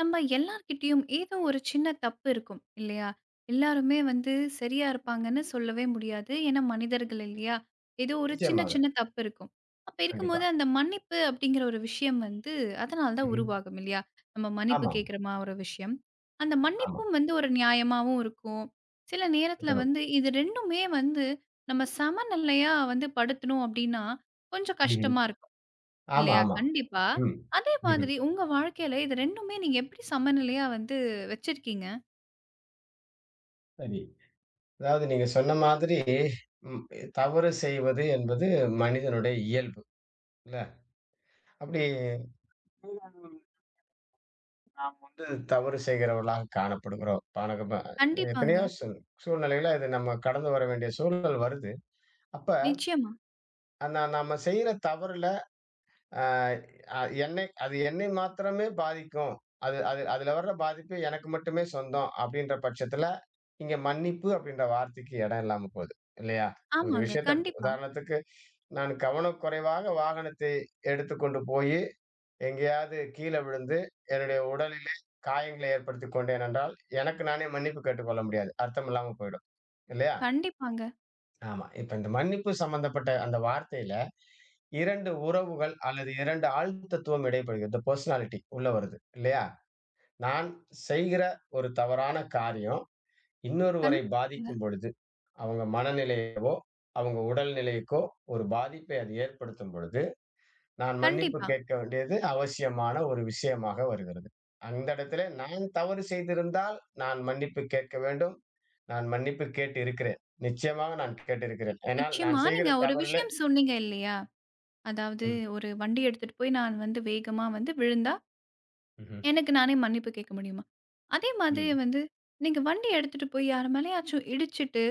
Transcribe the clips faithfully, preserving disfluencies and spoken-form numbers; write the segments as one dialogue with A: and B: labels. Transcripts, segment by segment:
A: நம்ம எல்லார்கிட்டயும் ஏதோ ஒரு சின்ன தப்பு இருக்கும் இல்லையா? எல்லாருமே வந்து சரியா இருப்பாங்கன்னு சொல்லவே முடியாது. ஏன்னா மனிதர்கள் இல்லையா? ஏதோ ஒரு சின்ன
B: நிச்சயமாக.
A: சின்ன தப்பு இருக்கும். அப்ப
B: கண்டிப்பா.
A: இருக்கும்போது அந்த மன்னிப்பு அப்படிங்கிற ஒரு விஷயம் வந்து அதனால தான்
B: ம்ஹ்ம்.
A: உருவாகும் இல்லையா? நம்ம மன்னிப்பு
B: ஆமாம்.
A: கேட்கிற மா ஒரு விஷயம். அந்த
B: ஆமா.
A: மன்னிப்பும் வந்து ஒரு நியாயமாவும் இருக்கும். சில நேரத்துல
B: இருக்கணும்.
A: வந்து இது ரெண்டுமே வந்து நம்ம சமநிலையா வந்து படுத்தணும் அப்படின்னா கொஞ்சம்
B: ம்ஹ்ம்.
A: கஷ்டமா இருக்கும்.
B: ஆமா,
A: இல்லையா?
B: ஆமா.
A: கண்டிப்பா.
B: ம்.
A: அதே
B: ம்ஹ்ம்.
A: மாதிரி உங்க வாழ்க்கையில இது ரெண்டுமே நீங்க எப்படி சமநிலையா வந்து வச்சிருக்கீங்க?
B: சரி. அதாவது நீங்க சொன்ன மாதிரி ம் தவறு செய்வது என்பது மனிதனுடைய இயல்பு. இல்ல? அப்படி நாம் வந்து தவறு செய்கிறவர்களாக காணப்படுகிறோம். பானகம எத்தனையோ
A: கண்டிப்பாங்க.
B: சூழ் சூழ்நிலைகள்ல இது நம்ம கடந்து வர வேண்டிய சூழல் வருது. அப்ப
A: நிச்சயமா.
B: நா நாம செய்யற தவறுல ஆ அ என்னை அது என்னை மாத்திரமே பாதிக்கும். அது அது அதுல வர்ற பாதிப்பு எனக்கு மட்டுமே சொந்தம் அப்படின்ற பட்சத்துல, இங்க மன்னிப்பு அப்படின்ற வார்த்தைக்கு இடம் இல்லாம போகுது. இல்லையா? ஒரு
A: ஆமாங்க.
B: விஷயத்த
A: கண்டிப்பா.
B: உதாரணத்துக்கு நான் கவனக்குறைவாக வாகனத்தை எடுத்துக்கொண்டு போயி, எங்கேயாவது கீழ விழுந்து என்னுடைய உடலிலே காயங்களை ஏற்படுத்திக் கொண்டேன் என்றால், எனக்கு நானே மன்னிப்பு கேட்டுக்கொள்ள முடியாது. அர்த்தமில்லாம போயிடும். இல்லையா?
A: கண்டிப்பாங்க.
B: ஆமா. இப்ப இந்த மன்னிப்பு சம்பந்தப்பட்ட அந்த வார்த்தையில இரண்டு உறவுகள் அல்லது இரண்டு ஆள் தத்துவம் இடைப்படுகிறது. இந்த பெர்சனாலிட்டி உள்ள வருது இல்லையா? நான் செய்கிற ஒரு தவறான காரியம் இன்னொருவரை
A: கண்டிப்பாங்க.
B: பாதிக்கும் பொழுது, அவங்க மனநிலையவோ, அவங்க உடல் நிலைக்கோ ஒரு பாதிப்பை அது ஏற்படுத்தும் பொழுது நான் மன்னிப்பு
A: கண்டிப்பா.
B: கேட்க வேண்டியது அவசியமான ஒரு விஷயமாக வருகிறது. அந்த இடத்திலே நான் தவறு செய்திருந்தால் நான் மன்னிப்பு கேட்க வேண்டும். நான் மன்னிப்பு கேட்டு இருக்கிறேன். நிச்சயமாக நான் கேட்டிருக்கிறேன். ஏனால்
A: நிச்சயமா.
B: நான் செய்கிற
A: நீங்க ஒரு
B: தவறிலே
A: விஷயம் சொன்னீங்க இல்லையா? அதாவது
B: ம்.
A: ஒரு வண்டி எடுத்துட்டு போய் நான் வந்து வேகமா வந்து விழுந்தா,
B: ம்ஹ்ம்.
A: எனக்கு நானே மன்னிப்பு கேட்க முடியுமா? அதே மாதிரி
B: ம்.
A: வந்து நீங்க வண்டி எடுத்துட்டு போய் யார் மேலயாச்சும் இடிச்சுட்டு,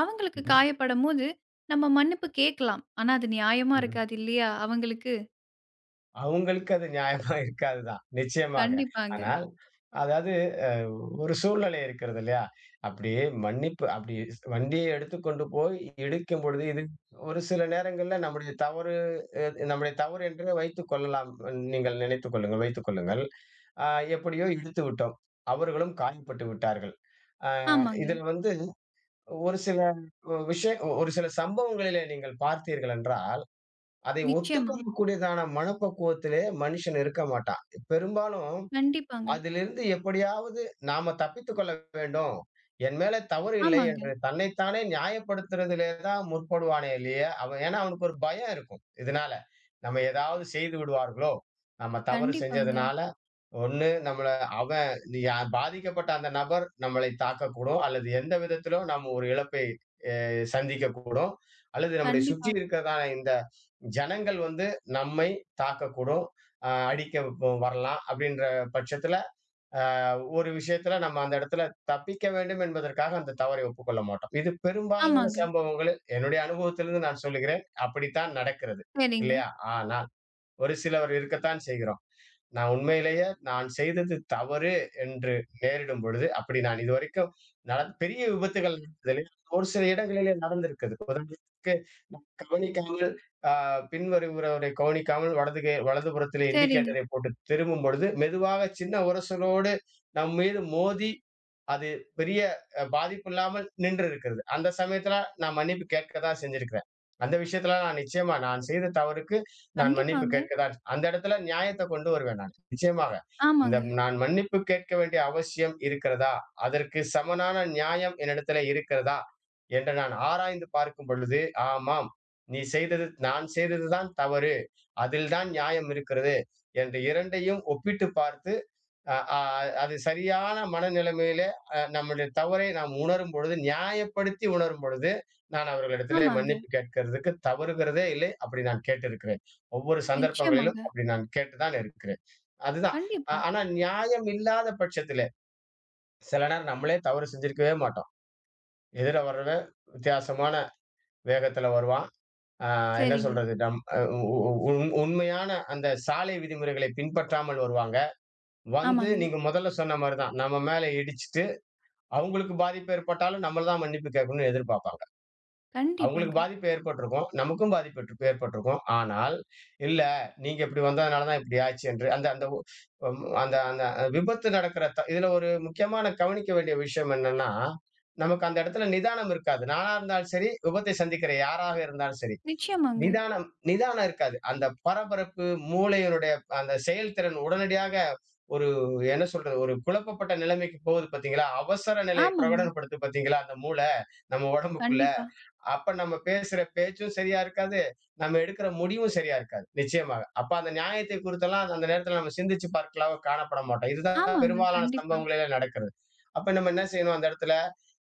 A: அவங்களுக்கு
B: ம்ஹ்ம்.
A: காயப்படும்போது, நம்ம மன்னிப்பு கேட்கலாம். ஆனா அது நியாயமா
B: ம்ஹ்ம்.
A: இருக்காது இல்லையா? அவங்களுக்கு.
B: அவங்களுக்கு அது நியாயமா இருக்காது தான். நிச்சயமாக.
A: கண்டிப்பாங்க.
B: ஆனால், அதாவது அ ஒரு சூழ்நிலை இருக்கிறது இல்லையா? அப்படியே மன்னிப்பு அப்படி வண்டியை எடுத்துக்கொண்டு போய் இடிக்கும் பொழுது, இது ஒரு சில நேரங்கள்ல நம்முடைய தவறு அ நம்முடைய தவறு என்று வைத்துக் கொள்ளலாம். நீங்கள் நினைத்துக் கொள்ளுங்கள், வைத்துக் கொள்ளுங்கள். அ எப்படியோ இடித்து விட்டோம். அவர்களும் காயப்பட்டு விட்டார்கள். அ
A: ஆமாங்க.
B: இதில வந்து ஒரு சில விஷய ஒரு சில சம்பவங்களிலே நீங்கள் பார்த்தீர்கள் என்றால், அதை
A: நிச்சயமா.
B: ஒத்துக்கக்கூடியதான மனப்பக்குவத்திலே மனுஷன் இருக்க மாட்டான். பெரும்பாலும்
A: கண்டிப்பாங்க.
B: அதிலிருந்து எப்படியாவது நாம தப்பித்துக் கொள்ள வேண்டும். என் மேல தவறு இல்லை
A: ஆமாங்க.
B: என்று தன்னைத்தானே நியாயப்படுத்துறதிலே தான் முற்படுவானே ஒழிய, அவன் ஏன்னா அவனுக்கு ஒரு பயம் இருக்கும். இதனால, நம்ம ஏதாவது செய்து விடுவார்களோ! நம்ம தவறு
A: கண்டிப்பாங்க.
B: செஞ்சதுனால, ஒண்ணு நம்மள அவன் நீ யா பாதிக்கப்பட்ட அந்த நபர் நம்மளை தாக்கக்கூடும். அல்லது எந்த விதத்திலும் நம்ம ஒரு இழப்பை அ சந்திக்கக்கூடும். அல்லது நம்முடைய
A: கண்டிப்பா.
B: சுற்றி இருக்கிறதான இந்த ஜனங்கள் வந்து நம்மை தாக்கக்கூடும். அ அடிக்க வ வரலாம். அப்படின்ற பட்சத்தில அஹ் ஒரு விஷயத்துல நம்ம அந்த இடத்துல தப்பிக்க வேண்டும் என்பதற்காக அந்த தவறை ஒப்புக்கொள்ள மாட்டோம். இது பெரும்பாலான
A: ஆமாங்க.
B: சம்பவங்கள் என்னுடைய அனுபவத்திலிருந்து நான் சொல்லுகிறேன். அப்படித்தான் நடக்கிறது.
A: சரிங்க,
B: இல்லையா? ஆனா, ஒரு சிலர் இருக்கத்தான் செய்கிறோம். நான் உண்மையிலேயே நான் செய்தது தவறு என்று நேரிடும் பொழுது, அப்படி நான் இதுவரைக்கும் நடந் பெரிய விபத்துகள் நடந்ததில்லை. ஒரு சில இடங்களிலே நடந்திருக்குது. உதாரணத்துக்கு நான் கவனிக்காமல் அ பின்வருகிறவரை கவனிக்காமல் வலது கை வலதுபுறத்திலே
A: சரிங்க.
B: இண்டிகேட்டரை போட்டு திரும்பும் பொழுது, மெதுவாக சின்ன உரசலோடு நம் மீது மோதி, அது பெரிய அ பாதிப்பில்லாமல் நின்றிருக்கிறது. அந்த சமயத்தில நான் மன்னிப்பு கேட்க தான் செஞ்சிருக்கிறேன். அந்த விஷயத்தில நான் நிச்சயமா நான் செய்த தவறுக்கு நான் மன்னிப்பு
A: கண்டிப்பாங்க.
B: கேட்கதான் அந்த இடத்துல நியாயத்தை கொண்டு வருவேன் நான். நிச்சயமாக. இந்த
A: ஆமாங்க,
B: நான் மன்னிப்பு கேட்க வேண்டிய அவசியம் இருக்கிறதா? அதற்கு சமனான நியாயம் என்னிடத்திலே இருக்கிறதா? என்று நான் ஆராய்ந்து பார்க்கும் பொழுது, ஆமாம். நீ செய்தது நான் செய்தது தான் தவறு. அதில் தான் நியாயம் இருக்கிறது. என்று 2யும் ஒப்பிட்டு பார்த்து அ அ அது சரியான மனநிலைமையிலே அ நம்முடைய தவறை நாம் உணரும் பொழுது, நியாயப்படுத்தி உணரும் பொழுது, நான் அவர்களிடத்திலே
A: ஆமாங்க.
B: மன்னிப்பு கேட்கிறதுக்கு தவறுகிறதே இல்லை. அப்படி நான் கேட்டிருக்கிறேன். ஒவ்வொரு சந்தர்ப்பங்களிலும்
A: நிச்சயமாங்க.
B: அப்படி நான் கேட்டு தான் இருக்கிறேன். அதுதான். அ
A: கண்டிப்பா.
B: ஆனா நியாயம் இல்லாத பட்சத்திலே, சில நேரம் நம்மளே தவறு செஞ்சிருக்கவே மாட்டோம். எதிர வர்றவன் வித்தியாசமான வேகத்தில வருவான். அ என்ன
A: சரிங்க.
B: சொல்றது? நம் அ உ உ உண் உண்மையான அந்த சாலை விதிமுறைகளை பின்பற்றாமல் வருவாங்க. வந்து
A: ஆமாங்க.
B: நீங்க முதல்ல சொன்ன மாரி தான். நம்ம மேல இடிச்சுட்டு அவங்களுக்கு பாதிப்பு ஏற்பட்டாலும் நம்மள தான் மன்னிப்பு கேட்கணும்னு எதிர்பார்ப்பாங்க. அவங்களுக்கு
A: கண்டிப்பாங்க.
B: பாதிப்பு ஏற்பட்டிருக்கும். நமக்கும் பாதிப்பு ஏற்று ஏற்பட்டிருக்கும். ஆனால், "இல்ல நீங்க இப்படி வந்ததுனால தான் இப்படி ஆச்சு" என்று அந்த அந்த ஒ ம் அந்த அந்த விபத்து நடக்கிற த இதுல ஒரு முக்கியமான கவனிக்க வேண்டிய விஷயம் என்னன்னா, நமக்கு அந்த இடத்துல நிதானம் இருக்காது. நானா இருந்தாலும் சரி, விபத்தை சந்திக்கிற யாராக இருந்தாலும் சரி.
A: நிச்சயமாங்க.
B: நிதானம் நிதானம் இருக்காது. அந்த பரபரப்பு, மூளையினுடைய அந்த செயல்திறன் உடனடியாக ஒரு என்ன சொல்றது? ஒரு குழப்பப்பட்ட நிலைமைக்கு போகுது பார்த்தீங்களா? அவசர நிலையை
A: ஆமாங்க.
B: பிரகடனப்படுத்தும் பார்த்தீங்களா? அந்த மூளை, நம்ம உடம்புக்குள்ள.
A: கண்டிப்பா.
B: அப்ப நம்ம பேசுற பேச்சும் சரியா இருக்காது. நம்ம எடுக்கிற முடிவும் சரியா இருக்காது. நிச்சயமாக. அப்ப அந்த நியாயத்தை குறித்தெல்லாம் அந்த நேரத்துல நம்ம சிந்திச்சு பார்க்கலாவோ காணப்பட மாட்டோம். இதுதான்
A: ஆமாங்க.
B: பெரும்பாலான
A: கண்டிப்பா.
B: சம்பவங்களிலே நடக்கிறது. அப்ப நம்ம என்ன செய்யணும் அந்த இடத்துல?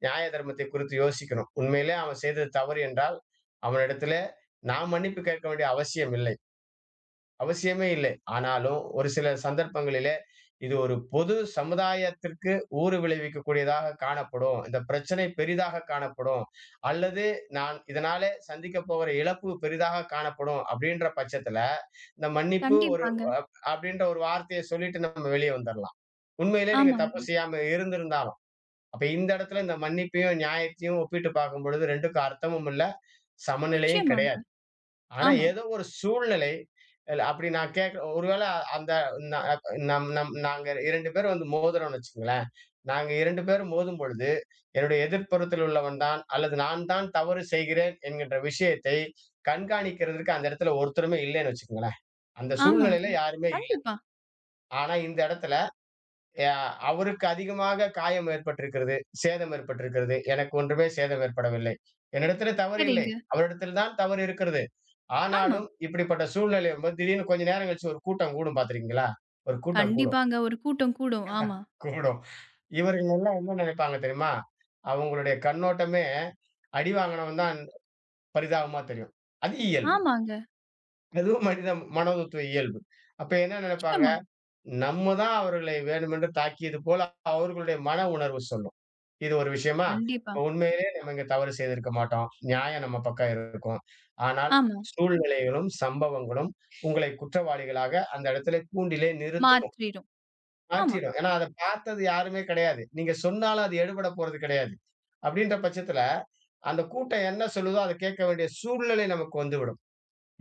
B: நியாய தர்மத்தை குறித்து யோசிக்கணும். உண்மையிலே அவன் செய்தது தவறு என்றால், அவனிடத்திலே நாம் மன்னிப்பு கேட்க வேண்டிய அவசியம் இல்லை. அவசியமே இல்லை. ஆனாலும் ஒரு சில சந்தர்ப்பங்களிலே, இது ஒரு பொது சமுதாயத்திற்கு ஊறு விளைவிக்கக்கூடியதாக காணப்படும். இந்த பிரச்சனை பெரிதாக காணப்படும். அல்லது நான் இதனாலே சந்திக்கப் போகிற இழப்பு பெரிதாக காணப்படும் அப்படின்ற பட்சத்தில, இந்த மன்னிப்பு ஒரு
A: கண்டிப்பாங்க.
B: அ அப்படின்ற ஒரு வார்த்தைய சொல்லிட்டு நம்ம வெளிய வந்துரலாம். உண்மையிலே நீங்க தப்பு
A: ஆமாங்க.
B: செய்யாம இருந்திருந்தாலும். அப்ப இந்த இடத்துல இந்த மன்னிப்பையும், நியாயத்தையும் ஒப்பிட்டு பார்க்கும்பொழுது 2க்கும் அர்த்தமும் இல்ல, சமநிலையும்
A: நிச்சயமாங்க.
B: கிடையாது. ஆனா
A: ஆமா.
B: ஏதோ ஒரு சூழ்நிலை இல்ல அப்படி நான் கேட்க ஒருவேளை அ- அந்த நா- நம் நம் நாங்க இரண்டு பேரும் வந்து மோதுறோம்னு வச்சுக்கங்களேன். நாங்க இரண்டு பேரும் மோதும் பொழுது என்னுடைய எதிர்ப்புறத்தில் உள்ளவன் தான் அல்லது நான் தான் தவறு செய்கிறேன் என்கின்ற விஷயத்தை கண்காணிக்கிறதுக்கு அந்த இடத்துல ஒருத்தருமே இல்லைன்னு வச்சுக்கங்களேன். அந்த
A: ஆமாங்க.
B: சூழ்நிலையில யாருமே இல்ல.
A: கண்டிப்பா.
B: ஆனா இந்த இடத்துல ய அவருக்கு அதிகமாக காயம் ஏற்பட்டிருக்கிறது. சேதம் ஏற்பட்டிருக்கிறது. எனக்கு ஒன்றுமே சேதம் ஏற்படவில்லை. என்னிடத்தில தவறு இல்லை.
A: சரிங்க.
B: அவரிடத்தில் தான் தவறு இருக்கிறது.
A: ஆமா.
B: ஆனாலும் இப்படிப்பட்ட சூழ்நிலை வரும்போது திடீர்னு கொஞ்ச நேரம் கழிச்சு ஒரு கூட்டம் கூடும் பார்த்திருக்கீங்களா? ஒரு கூட்டம் கூடும்
A: கண்டிப்பாங்க. ஒரு கூட்டம் கூடும். ஆமா.
B: கூடும். இவர்கள் எல்லாம் என்ன நினைப்பாங்க தெரியுமா? அவங்களுடைய கண்ணோட்டமே அடி வாங்கினவன் தான் பரிதாபமா தெரியும். அது இயல்பு.
A: ஆமாங்க.
B: அதுவும் மனித மனோதத்துவ இயல்பு. அப்ப என்ன நினைப்பாங்க?
A: நிச்சயமா.
B: நம்ம தான் அவர்களை வேண்டுமென்று தாக்கியது போல அவர்களுடைய மன உணர்வு சொல்லும். இது ஒரு விஷயமா,
A: கண்டிப்பா.
B: உண்மையிலே நம்ம இங்க தவறு செய்திருக்க மாட்டோம். நியாயம் நம்ம பக்கம் இருக்கும். ஆனால்
A: ஆமா.
B: சூழ்நிலைகளும், சம்பவங்களும் உங்களை குற்றவாளிகளாக அந்த இடத்திலே கூண்டிலே நிறுத்தும்.
A: மாற்றிரும். ஆமா.
B: மாற்றிடும். ஏன்னா அத பார்த்தது யாருமே கிடையாது. நீங்க சொன்னாலும் அது எடுபட போறது கிடையாது. அப்படின்ற பட்சத்தில, அந்த கூட்டம் என்ன சொல்லுதோ அத கேட்க வேண்டிய சூழ்நிலை நமக்கு வந்துவிடும்.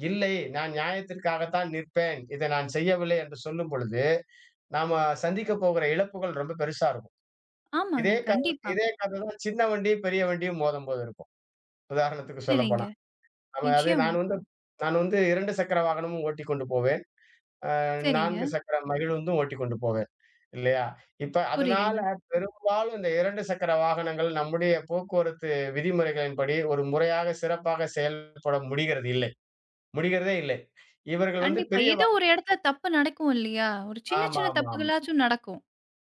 B: இல்லை, நான் நியாயத்திற்காகத்தான் நிற்பேன். இதை நான் செய்யவில்லை என்று சொல்லும் பொழுது, நாம சந்திக்கப் போகிற இழப்புகள் ரொம்ப பெருசா இருக்கும்.
A: ஆமாங்க.
B: இதே கதை
A: கண்டிப்பா.
B: இதே கதை தான் சின்ன வண்டியும், பெரிய வண்டியும் மோதம்போது இருக்கும். உதாரணத்துக்கு
A: சரிங்க.
B: சொல்லப்போனா. நம்ம அது
A: நிச்சயமா.
B: நான் வந்து நான் வந்து இரண்டு சக்கர வாகனமும் ஓட்டிக் கொண்டு போவேன். அ
A: சரிங்க.
B: நான்கு சக்கர மகிழுந்தும் ஓட்டிக் கொண்டு போவேன். இல்லையா? இப்ப அதனால
A: புரியுதுங்க.
B: பெரும்பாலும் இந்த இரண்டு சக்கர வாகனங்கள் நம்முடைய போக்குவரத்து விதிமுறைகளின்படி ஒரு முறையாக, சிறப்பாக செயல்பட முடிகிறது இல்லை. முடிகிறதே இல்லை. இவர்கள் வந்து
A: கண்டிப்பா.
B: பெரிய
A: ஏதோ
B: வா
A: ஒரு இடத்துல தப்பு நடக்கும் இல்லையா? ஒரு சின்ன
B: ஆமா,
A: சின்ன
B: ஆமா, ஆமா.
A: தப்புகளாச்சும் நடக்கும்.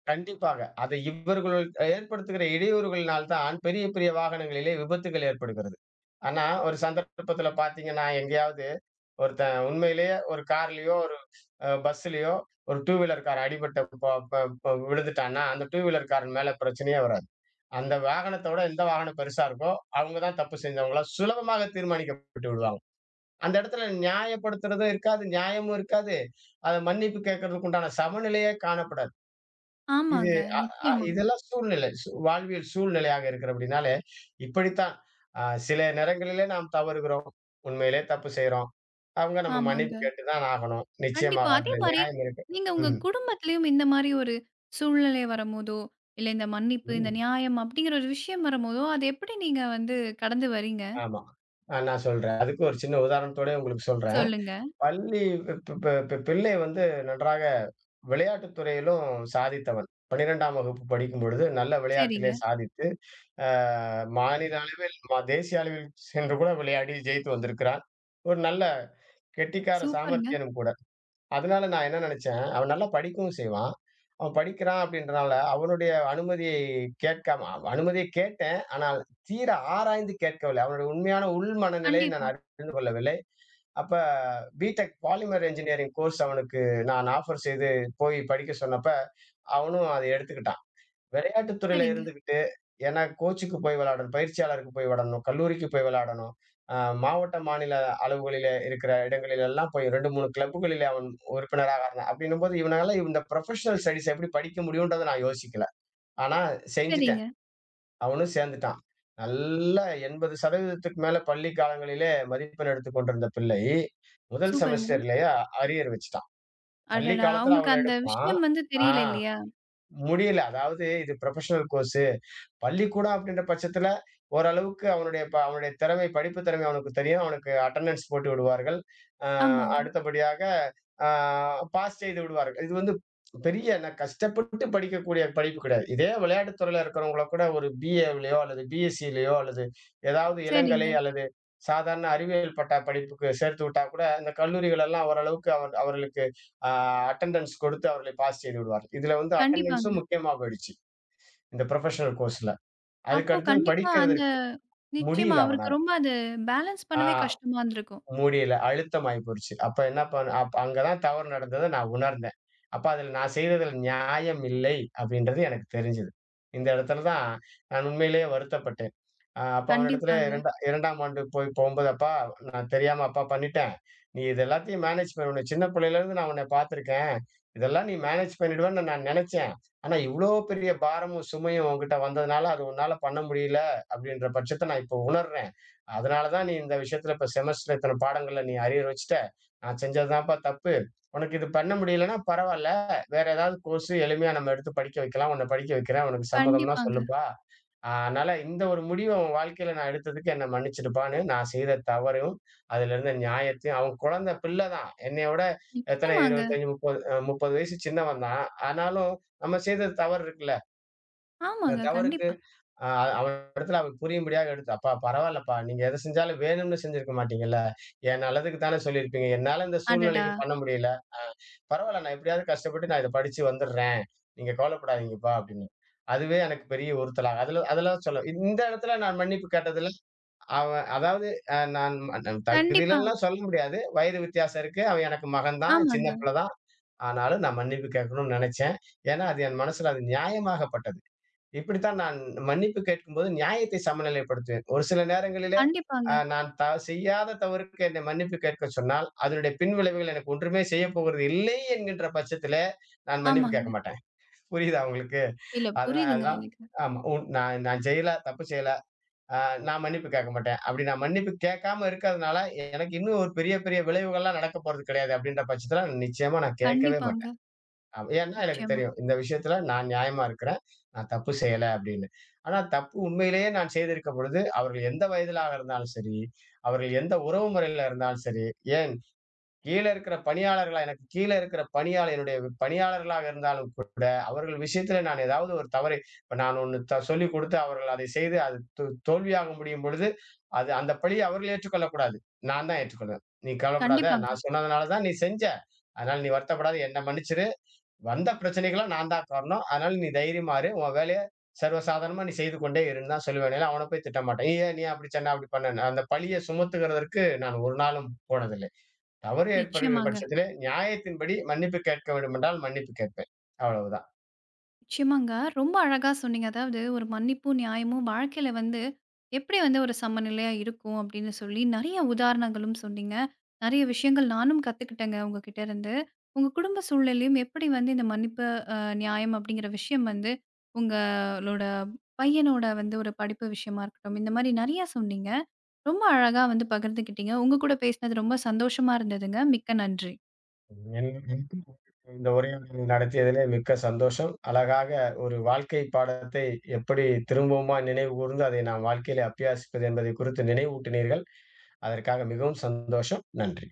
B: கண்டிப்பாக. அதை இவர்கள் ஏற்படுத்துகிற இடையூறுகளினால் தான் பெரிய பெரிய வாகனங்களிலே விபத்துகள் ஏற்படுகிறது. ஆனா, ஒரு சந்தர்ப்பத்தில பார்த்தீங்கன்னா, எங்கேயாவது ஒருத்தன் உண்மையிலேயே ஒரு கார்லயோ, ஒரு அ பஸ்லயோ ஒரு டூ வீலர் கார் அடிபட்டு ப ப ப விழுந்துட்டான்னா, அந்த டூ வீலர் காரன் மேல பிரச்சனையே வராது. அந்த வாகனத்த விட எந்த வாகனம் பெருசா இருக்கோ, அவங்க தான் தப்பு செஞ்சவங்களா சுலபமாக தீர்மானிக்கப்பட்டு விடுவாங்க. அந்த இடத்துல நியாயப்படுத்துறதும் இருக்காது, நியாயமும் இருக்காது. அத மன்னிப்பு கேட்கறதுக்கு உண்டான சமநிலையே காணப்படாது. இது
A: ஆமாங்க.
B: அ அ
A: நிச்சயமா.
B: இதெல்லாம் சூழ்நிலை. சு வாழ்வியல் சூழ்நிலையாக இருக்கிறபடினாலே, இப்படித்தான். அ சில நேரங்களிலே நாம் தவறுகிறோம். உண்மையிலே தப்பு செய்றோம். அவங்க நம்ம மன்னிப்பு
A: ஆமாங்க.
B: கேட்டு தான் ஆகணும்.
A: கண்டிப்பா.
B: நிச்சயமாக
A: அதே
B: அதுல
A: மாரி
B: நியாயம் இருக்கு.
A: நீங்க உங்க
B: ம்,
A: குடும்பத்திலயும் இந்த மாரி ஒரு சூழ்நிலை வரும்போதோ, இல்ல இந்த மன்னிப்பு, இந்த
B: ம்.
A: நியாயம் அப்படிங்கிற ஒரு விஷயம் வரும்போதோ, அத எப்படி நீங்க வந்து கடந்து வரீங்க?
B: ஆமா. அ நான் சொல்றேன். அதுக்கு ஒரு சின்ன உதாரணத்தோடயே உங்களுக்கு சொல்றேன்.
A: சொல்லுங்க.
B: பள்ளி பி பி பி பி பிள்ளை வந்து நன்றாக விளையாட்டுத் துறையிலும் சாதித்தவன். பன்னிரண்டாம் வகுப்பு படிக்கும்பொழுது நல்ல விளையாட்டிலே
A: சரிங்க.
B: சாதித்து, அ மாநில அளவில், ம தேசிய அளவில் சென்று கூட விளையாடி ஜெயித்து வந்திருக்கிறான். ஒரு நல்ல கெட்டிக்கார
A: சூப்பருங்க.
B: சாமர்த்தியனும் கூட. அதனால நான் என்ன நினைச்சேன், அவன் நல்லா படிக்கவும் செய்வான். அவன் படிக்கிறான் அப்படின்றனால அவனுடைய அனுமதியை கேட்காம அவ் அனுமதிய கேட்டேன். ஆனால் தீர ஆராய்ந்து கேட்கவில்லை. அவனுடைய உண்மையான உள் மனநிலையை நான்
A: கண்டிப்பா.
B: அறிந்து கொள்ளவில்லை. அப்ப பிடெக் பாலிமர் இன்ஜினியரிங் கோர்ஸ் அவனுக்கு நான் ஆஃபர் செய்து போய் படிக்க சொன்னப்ப அவனும் அதை எடுத்துக்கிட்டான். விளையாட்டுத் துறையில
A: சரிங்க,
B: இருந்துகிட்டு, ஏன்னா கோச்சுக்கு போய் விளையாடணும், பயிற்சியாளருக்கு போய் விளையாடணும், கல்லூரிக்கு போய் விளையாடணும். அ மாவட்ட, மாநில அளவுகளிலே இருக்கிற இடங்களில் எல்லாம் போய் இரண்டு, மூன்று கிளப்புகளிலே அவன் உறுப்பினராக இருந்தான். அப்படின்னும்போது இவனால இந்த ப்ரொஃபஷனல் ஸ்டடீஸ் எப்படி படிக்க முடியும்ன்றத நான் யோசிக்கல. ஆனா செஞ்சுட்டேன்.
A: சரிங்க.
B: அவனும் சேர்ந்துட்டான். நல்லா எண்பது சதவீதம் மேல பள்ளி காலங்களிலே மதிப்பெண் எடுத்துக் கொண்டிருந்த பிள்ளை, முதல்
A: சூப்பருங்க.
B: செமஸ்டர்லயே அரியர் வச்சுட்டான். பள்ளி
A: அடடா!
B: காலத்துல
A: உங்களுக்கு
B: அவன்
A: அந்த
B: எடுப்பான்.
A: விஷயம் வந்து
B: ஆ.
A: தெரியல இல்லையா?
B: முடியல. அதாவது இது புரொஃபஷனல் கோர்ஸு. பள்ளிக்கூடம் அப்படின்ற பட்சத்தில, ஓரளவுக்கு அவனுடைய ப அவனுடைய திறமை, படிப்பு திறமை அவனுக்கு தெரியும். அவனுக்கு அட்டெண்டன்ஸ் போட்டு விடுவார்கள். அ
A: ஆமாங்க.
B: அடுத்தபடியாக அ பாஸ் செய்து விடுவார்கள். இது வந்து பெரிய நான் கஷ்டப்பட்டு படிக்கக்கூடிய படிப்பு கிடையாது. இதே விளையாட்டுத் துறையில இருக்கிறவங்கள கூட ஒரு பிஏவிலயோ அல்லது பிஎஸ்சிலயோ அல்லது ஏதாவது இளங்கலை
A: சரிங்க.
B: அல்லது சாதாரண அறிவியல் பட்டா படிப்புக்கு சேர்த்து விட்டா கூட, இந்த கல்லூரிகள் எல்லாம் ஓரளவுக்கு அவ அவர்களுக்கு அட்டெண்டன்ஸ் கொடுத்து அவர்களை பாஸ் செய்து விடுவார். இதுல வந்து
A: கண்டிப்பாங்க.
B: அட்டெண்டன்ஸும் முக்கியமா போயிடுச்சு. இந்த ப்ரொஃபஷனல் கோர்ஸ்ல. அதுக்கு
A: அப்போ
B: அடுத்தது
A: கண்டிப்பா அந்த
B: படிக்கிறதற்கு
A: நிச்சயமா
B: முடியல அவனால.
A: அவருக்கு ரொம்ப அது பேலன்ஸ்
B: ஆ
A: பண்ணவே கஷ்டமா இருந்திருக்கும்.
B: முடியல. அழுத்தமாயி போயிருச்சு. அப்ப என்ன பண் அப்ப அங்க தான் தவறு நடந்தத நான் உணர்ந்தேன். அப்ப அதில நான் செய்ததில நியாயம் இல்லை அப்படின்றது எனக்கு தெரிஞ்சது. இந்த இடத்துல தான் நான் உண்மையிலேயே வருத்தப்பட்டேன். அ அப்ப அவனிடத்துல
A: கண்டிப்பாங்க,
B: இரண்டு 2ஆம் ஆண்டு போய் போகும்போது, "அப்பா நான் தெரியாம அப்பா பண்ணிட்டேன். நீ இது எல்லாத்தையும் மேனேஜ் பண்ணு. சின்ன பிள்ளையிலேருந்து நான் உன்ன பார்த்துருக்கேன். இதெல்லாம் நீ மேனேஜ் பண்ணிடுவேன்னு நான் நினைச்சேன். ஆனா இவ்ளோ பெரிய பாரமும், சுமையும் உன்கிட்ட வந்ததுனால, அது உன்னால பண்ண முடியல." அப்படின்ற பட்சத்த நான் இப்ப உணர்றேன். அதனாலதான் நீ இந்த விஷயத்துல இப்ப செமஸ்டர் இத்தனை பாடங்கள்ல நீ அரியர் வச்சுட்ட நான் செஞ்சதுதான்ப்பா தப்பு உனக்கு இது பண்ண முடியலன்னா பரவாயில்ல வேற ஏதாவது கோர்ஸ் எளிமையா நம்ம எடுத்து படிக்க வைக்கலாம் உன்னை படிக்க வைக்கிறேன் உனக்கு சம்மதம்னா
A: கண்டிப்பாங்க.
B: சொல்லுப்பா ஆஹ் அதனால இந்த ஒரு முடிவை உன் வாழ்க்கையில நான் எடுத்ததுக்கு என்னை மன்னிச்சிடுப்பான்னு நான் செய்த தவறையும் அதுல இருந்த நியாயத்தையும் அவன் குழந்தை பிள்ளை தான் என்னைய விட எத்தனை
A: நிச்சயமாங்க.
B: இருபத்தஞ்சு முப்பது அஹ் முப்பது வயசு சின்னவன் தான் ஆனாலும் நம்ம செய்த தவறு இருக்குல்ல அந்த
A: ஆமாங்க,
B: தவறுக்கு
A: கண்டிப்பா.
B: அ அவன் இடத்துல அவனுக்கு புரியும்படியாக எடுத்து, "அப்பா பரவாயில்லப்பா, நீங்க எத செஞ்சாலும் வேணும்னு செஞ்சிருக்க மாட்டீங்கல்ல. என் நல்லதுக்கு தானே சொல்லியிருப்பீங்க. என்னால இந்த
A: அடடா!
B: சூழ்நிலைக்கு பண்ண முடியல. பரவால்ல நான் எப்படியாவது கஷ்டப்பட்டு நான் இத படிச்சு வந்துடுறேன். நீங்க கவலைப்படாதீங்கப்பா" அப்படின்னு. அதுவே எனக்கு பெரிய உறுத்தலா அதுல அதெல்லாம் சொல்ல இந்த இடத்துல நான் மன்னிப்பு கேட்டதுல, அவன் அதாவது அ நான்
A: கண்டிப்பா.
B: தகுதியிலலாம் சொல்ல முடியாது. வயது வித்தியாசம் இருக்கு. அவன் எனக்கு மகன் தான், சின்ன
A: ஆமாங்க.
B: பிள்ளை தான். ஆனாலும் நான் மன்னிப்பு கேட்கணும்னு நினைச்சேன். ஏன்னா, அது என் மனசுல அது நியாயமாக பட்டது. இப்படித்தான் நான் மன்னிப்பு கேட்கும்போது நியாயத்தை சமநிலைப்படுத்துவேன். ஒரு சில நேரங்களிலே அ
A: கண்டிப்பாங்க.
B: நான் த செய்யாத தவறுக்கு என்னை மன்னிப்பு கேட்கச் சொன்னால், அதனுடைய பின்விளைவுகள் எனக்கு ஒன்றுமே செய்யப் போகிறது இல்லை என்கின்ற பட்சத்திலே, நான் மன்னிப்பு
A: ஆமாங்க.
B: கேட்க மாட்டேன். புரியுதா உங்களுக்கு?
A: இல்ல
B: அதனா
A: புரியுதுங்க
B: அதனால்
A: எனக்கு.
B: ஆமா. உன் நான் நான் செய்யல, தப்பு செய்யல. அ நான் மன்னிப்பு கேட்க மாட்டேன். அப்படி நான் மன்னிப்பு கேட்காம இருக்கிறதுனால, எனக்கு இன்னும் ஒரு பெரிய பெரிய விளைவுகள்லாம் நடக்கப் போறது கிடையாது. அப்படின்ற பட்சத்தில நிச்சயமா நான் கேட்கவே
A: கண்டிப்பாங்க.
B: மாட்டேன். ஆமா. ஏன்னா எனக்கு
A: நிச்சயமா.
B: தெரியும். இந்த விஷயத்துல நான் நியாயமா இருக்கிறேன். நான் தப்பு செய்யல அப்படின்னு. ஆனா தப்பு உண்மையிலேயே நான் செய்திருக்க பொழுது, அவர்கள் எந்த வயதிலாக இருந்தாலும் சரி, அவர்கள் எந்த உறவு முறையில இருந்தாலும் சரி, ஏன் கீழ இருக்கிற பணியாளர்களா எனக்கு கீழ இருக்கிற பணியாளர் என்னுடைய பணியாளர்களாக இருந்தாலும் கூட, அவர்கள் விஷயத்துல நான் ஏதாவது ஒரு தவறை இப்ப நான் ஒண்ணு த சொல்லிக் கொடுத்து அவர்கள் அதை செய்து அது தோ தோல்வியாக முடியும் பொழுது, அது அந்த பழிய அவர்கள் ஏற்றுக்கொள்ளக்கூடாது. நான் தான் ஏற்றுக்கொள்வேன். "நீ கவலைப்படாத.
A: கண்டிப்பாங்க.
B: நான் சொன்னதுனால தான் நீ செஞ்ச. அதனால நீ வருத்தப்படாத. என்ன மன்னிச்சிரு. வந்த பிரச்சனைக்கெல்லாம் நான் தான் காரணம். அதனால நீ தைரியமா இரு. உன் வேலைய சர்வசாதாரணமா நீ செய்து கொண்டே இருன்னு தான் சொல்லுவேனே ஒழிய, அவன போய் திட்ட மாட்டேன். "நீ ஏன் நீ அப்படி சொன்ன? அப்படி பண்ணேன்னு." அந்த பழிய சுமத்துகிறதற்கு நான் ஒரு நாளும் போனதில்லை. தவறு ஏற்படுகிற
A: நிச்சயமாங்க.
B: பட்சத்திலே நியாயத்தின்படி மன்னிப்பு கேட்க வேண்டுமென்றால் மன்னிப்பு கேட்பேன். அவ்வளவுதான்.
A: நிச்சயமாங்க. ரொம்ப அழகா சொன்னீங்க. அதாவது ஒரு மன்னிப்பும், நியாயமும் வாழ்க்கையில வந்து எப்படி வந்து ஒரு சமநிலையா இருக்கும் அப்படின்னு சொல்லி நெறைய உதாரணங்களும் சொன்னீங்க. நெறைய விஷயங்கள் நானும் கத்துக்கிட்டேங்க உங்ககிட்ட இருந்து. உங்க குடும்ப சூழ்நிலையும் எப்படி வந்து இந்த மன்னிப்பு, அ நியாயம் அப்படிங்கிற விஷயம் வந்து உங்களோட பையனோட வந்து ஒரு படிப்பு விஷயமா இருக்கட்டும். இந்த மாரி நெறைய சொன்னீங்க. ரொம்ப அழகா வந்து பகிர்ந்துக்கிட்டீங்க. உங்க கூட பேசினது ரொம்ப சந்தோஷமா இருந்ததுங்க. மிக்க நன்றி.
B: என் எனக்கும் இந்த உரையாடலை நடத்தியதிலே மிக்க சந்தோஷம். அழகாக ஒரு வாழ்க்கை பாடத்தை எப்படி திரும்பவுமா நினைவுகூர்ந்து அதை நாம் வாழ்க்கையிலே அபியாசிப்பது என்பதை குறித்து நினைவூட்டினீர்கள். அதற்காக மிகவும் சந்தோஷம். நன்றி.